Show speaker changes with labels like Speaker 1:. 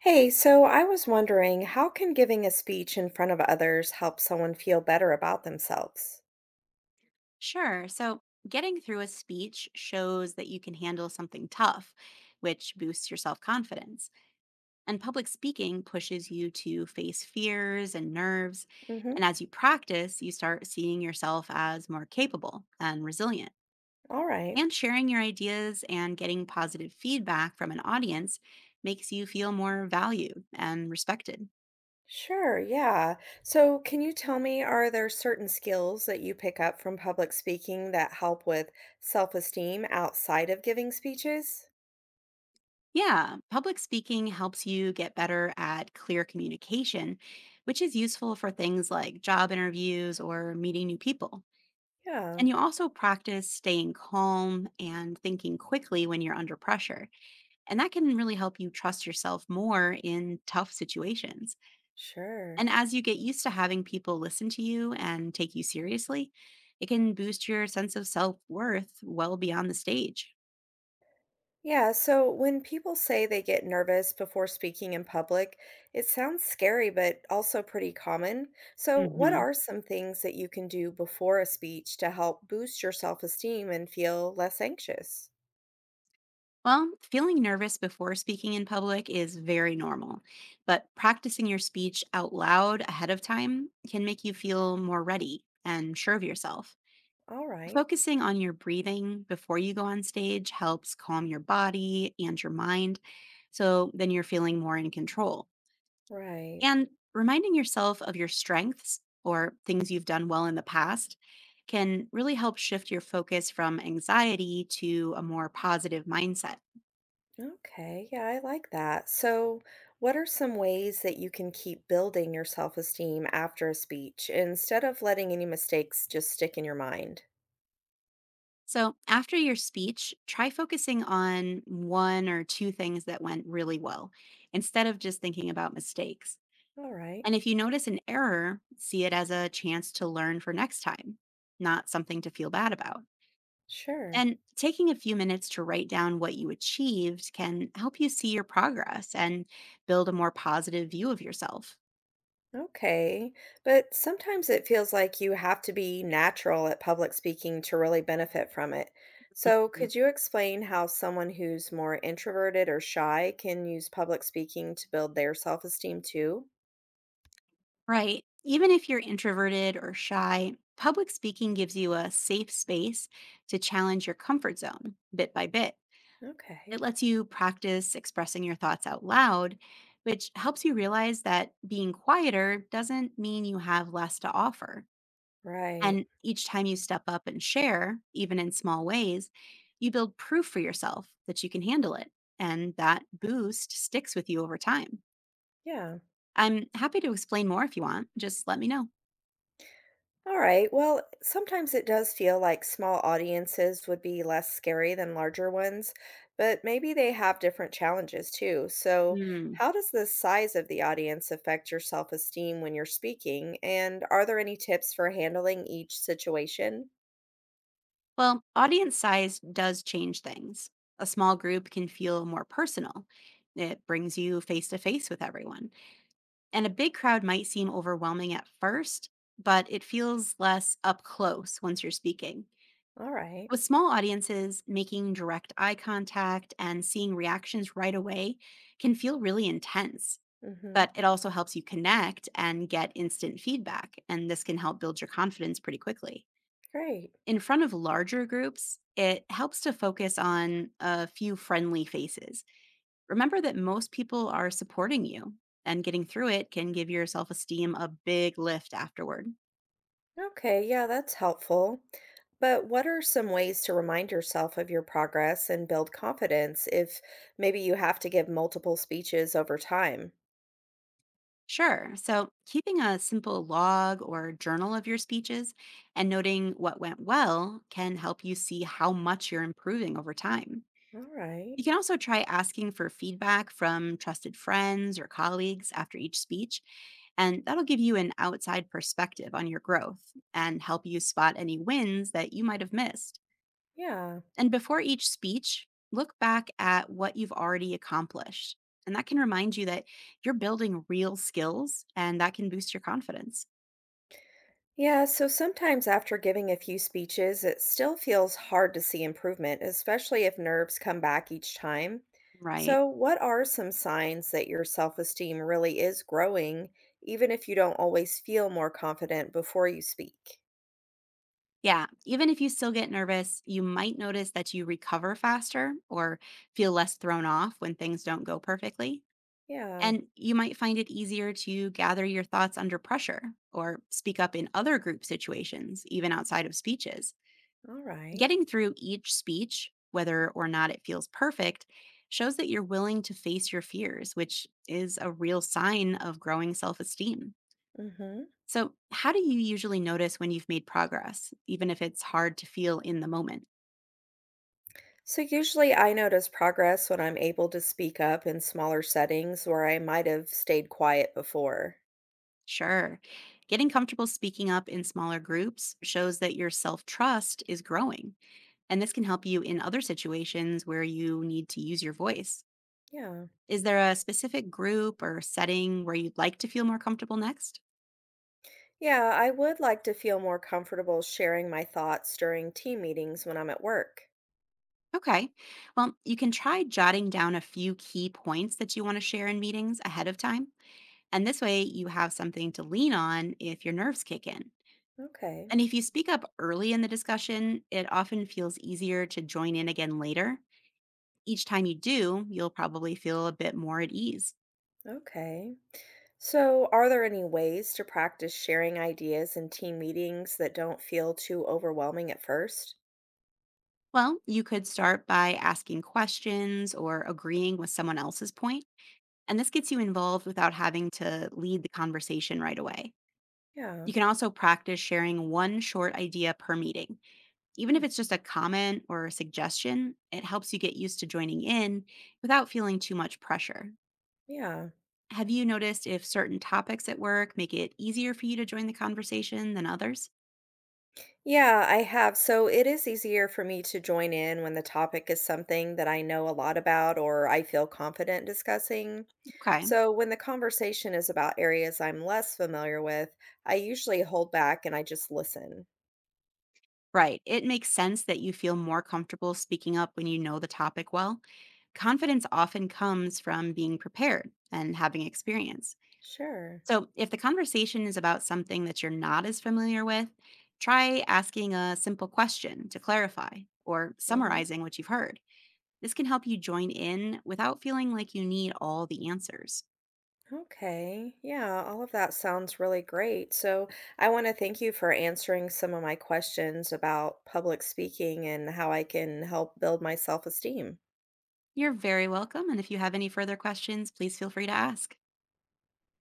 Speaker 1: Hey, so I was wondering, how can giving a speech in front of others help someone feel better about themselves?
Speaker 2: Sure. So, getting through a speech shows that you can handle something tough, which boosts your self confidence. And public speaking pushes you to face fears and nerves.
Speaker 1: Mm-hmm.
Speaker 2: And as you practice, you start seeing yourself as more capable and resilient.
Speaker 1: All right.
Speaker 2: And sharing your ideas and getting positive feedback from an audience makes you feel more valued and respected.
Speaker 1: Sure, yeah. So, can you tell me, are there certain skills that you pick up from public speaking that help with self-esteem outside of giving speeches?
Speaker 2: Yeah, public speaking helps you get better at clear communication, which is useful for things like job interviews or meeting new people.
Speaker 1: Yeah,
Speaker 2: And you also practice staying calm and thinking quickly when you're under pressure. And that can really help you trust yourself more in tough situations. And
Speaker 1: sure.
Speaker 2: as you get used to having people listen to you and take you seriously, it can boost your sense of self worth well beyond the stage.
Speaker 1: Yeah, so when people say they get nervous before speaking in public, it sounds scary, but also pretty common. So, what are some things that you can do before a speech to help boost your self-esteem and feel less anxious?
Speaker 2: Well, feeling nervous before speaking in public is very normal, but practicing your speech out loud ahead of time can make you feel more ready and sure of yourself.
Speaker 1: All right,
Speaker 2: Focusing on your breathing before you go on stage helps calm your body and your mind, so then you're feeling more in control.
Speaker 1: right.
Speaker 2: And reminding yourself of your strengths or things you've done well in the past can really help shift your focus from anxiety to a more positive mindset.
Speaker 1: Okay, yeah, I like that. So, what are some ways that you can keep building your self-esteem after a speech instead of letting any mistakes just stick in your mind?
Speaker 2: So, after your speech, try focusing on one or two things that went really well instead of just thinking about mistakes.
Speaker 1: All right,
Speaker 2: And if you notice an error, see it as a chance to learn for next time, not something to feel bad about.
Speaker 1: sure.
Speaker 2: And taking a few minutes to write down what you achieved can help you see your progress and build a more positive view of yourself.
Speaker 1: Okay. But sometimes it feels like you have to be natural at public speaking to really benefit from it. So, could you explain how someone who's more introverted or shy can use public speaking to build their self-esteem too?
Speaker 2: Right. Even if you're introverted or shy, public speaking gives you a safe space to challenge your comfort zone bit by bit. It
Speaker 1: Okay,
Speaker 2: lets you practice expressing your thoughts out loud, which helps you realize that being quieter doesn't mean you have less to offer.
Speaker 1: right.
Speaker 2: And each time you step up and share, even in small ways, you build proof for yourself that you can handle it. And that boost sticks with you over time.
Speaker 1: Yeah.
Speaker 2: I'm happy to explain more if you want. Just let me know.
Speaker 1: All right. Well, sometimes it does feel like small audiences would be less scary than larger ones, but maybe they have different challenges too. So,
Speaker 2: Hmm.
Speaker 1: how does the size of the audience affect your self-esteem when you're speaking? And are there any tips for handling each situation?
Speaker 2: Well, audience size does change things. A small group can feel more personal. It brings you face to face with everyone. And a big crowd might seem overwhelming at first, but it feels less up close once you're speaking.
Speaker 1: All right.
Speaker 2: With small audiences, making direct eye contact and seeing reactions right away can feel really intense,
Speaker 1: Mm-hmm.
Speaker 2: but it also helps you connect and get instant feedback. And this can help build your confidence pretty quickly.
Speaker 1: Great.
Speaker 2: In front of larger groups, it helps to focus on a few friendly faces. Remember that most people are supporting you, and getting through it can give your self esteem a big lift afterward.
Speaker 1: Okay, yeah, that's helpful. But what are some ways to remind yourself of your progress and build confidence if maybe you have to give multiple speeches over time?
Speaker 2: Sure. So, keeping a simple log or journal of your speeches and noting what went well can help you see how much you're improving over time. You
Speaker 1: Alright.
Speaker 2: can also try asking for feedback from trusted friends or colleagues after each speech, and that'll give you an outside perspective on your growth and help you spot any wins that you might have missed.
Speaker 1: Yeah.
Speaker 2: And before each speech, look back at what you've already accomplished. And that can remind you that you're building real skills and that can boost your confidence,
Speaker 1: Yeah, so sometimes after giving a few speeches, it still feels hard to see improvement, especially if nerves come back each time.
Speaker 2: right?
Speaker 1: So, what are some signs that your self esteem really is growing, even if you don't always feel more confident before you speak?
Speaker 2: Yeah, even if you still get nervous, you might notice that you recover faster or feel less thrown off when things don't go perfectly.
Speaker 1: Yeah,
Speaker 2: And you might find it easier to gather your thoughts under pressure or speak up in other group situations, even outside of speeches.
Speaker 1: all right.
Speaker 2: Getting through each speech, whether or not it feels perfect, shows that you're willing to face your fears, which is a real sign of growing self esteem.
Speaker 1: Mm-hmm.
Speaker 2: So, how do you usually notice when you've made progress, even if it's hard to feel in the moment?
Speaker 1: So, usually I notice progress when I'm able to speak up in smaller settings where I might have stayed quiet before.
Speaker 2: Sure. Getting comfortable speaking up in smaller groups shows that your self trust is growing and this can help you in other situations where you need to use your voice.
Speaker 1: Yeah.
Speaker 2: Is there a specific group or setting where you'd like to feel more comfortable next?
Speaker 1: Yeah, I would like to feel more comfortable sharing my thoughts during team meetings when I'm at work.
Speaker 2: Okay. Well, you can try jotting down a few key points that you want to share in meetings ahead of time. And this way, you have something to lean on if your nerves kick in.
Speaker 1: Okay,
Speaker 2: And if you speak up early in the discussion, it often feels easier to join in again later. Each time you do, you'll probably feel a bit more at ease.
Speaker 1: okay. So, are there any ways to practice sharing ideas in team meetings that don't feel too overwhelming at first?
Speaker 2: Well, you could start by asking questions or agreeing with someone else's point, and this gets you involved without having to lead the conversation right away. You
Speaker 1: Yeah,
Speaker 2: can also practice sharing one short idea per meeting. Even if
Speaker 1: hmm,
Speaker 2: it's just a comment or a suggestion, it helps you get used to joining in without feeling too much pressure.
Speaker 1: yeah.
Speaker 2: Have you noticed if certain topics at work make it easier for you to join the conversation than others?
Speaker 1: Yeah, I have. So it is easier for me to join in when the topic is something that I know a lot about or I feel confident discussing.
Speaker 2: Okay.
Speaker 1: So when the conversation is about areas I'm less familiar with, I usually hold back and I just listen.
Speaker 2: Right. It makes sense that you feel more comfortable speaking up when you know the topic well. Confidence often comes from being prepared and having experience.
Speaker 1: Sure.
Speaker 2: So, if the conversation is about something that you're not as familiar with, try asking a simple question to clarify or
Speaker 1: Hmm.
Speaker 2: summarizing what you've heard. This can help you join in without feeling like you need all the answers.
Speaker 1: Okay, yeah, all of that sounds really great. So I want to thank you for answering some of my questions about public speaking and how I can help build my self-esteem.
Speaker 2: You're very welcome. And if you have any further questions, please feel free to ask.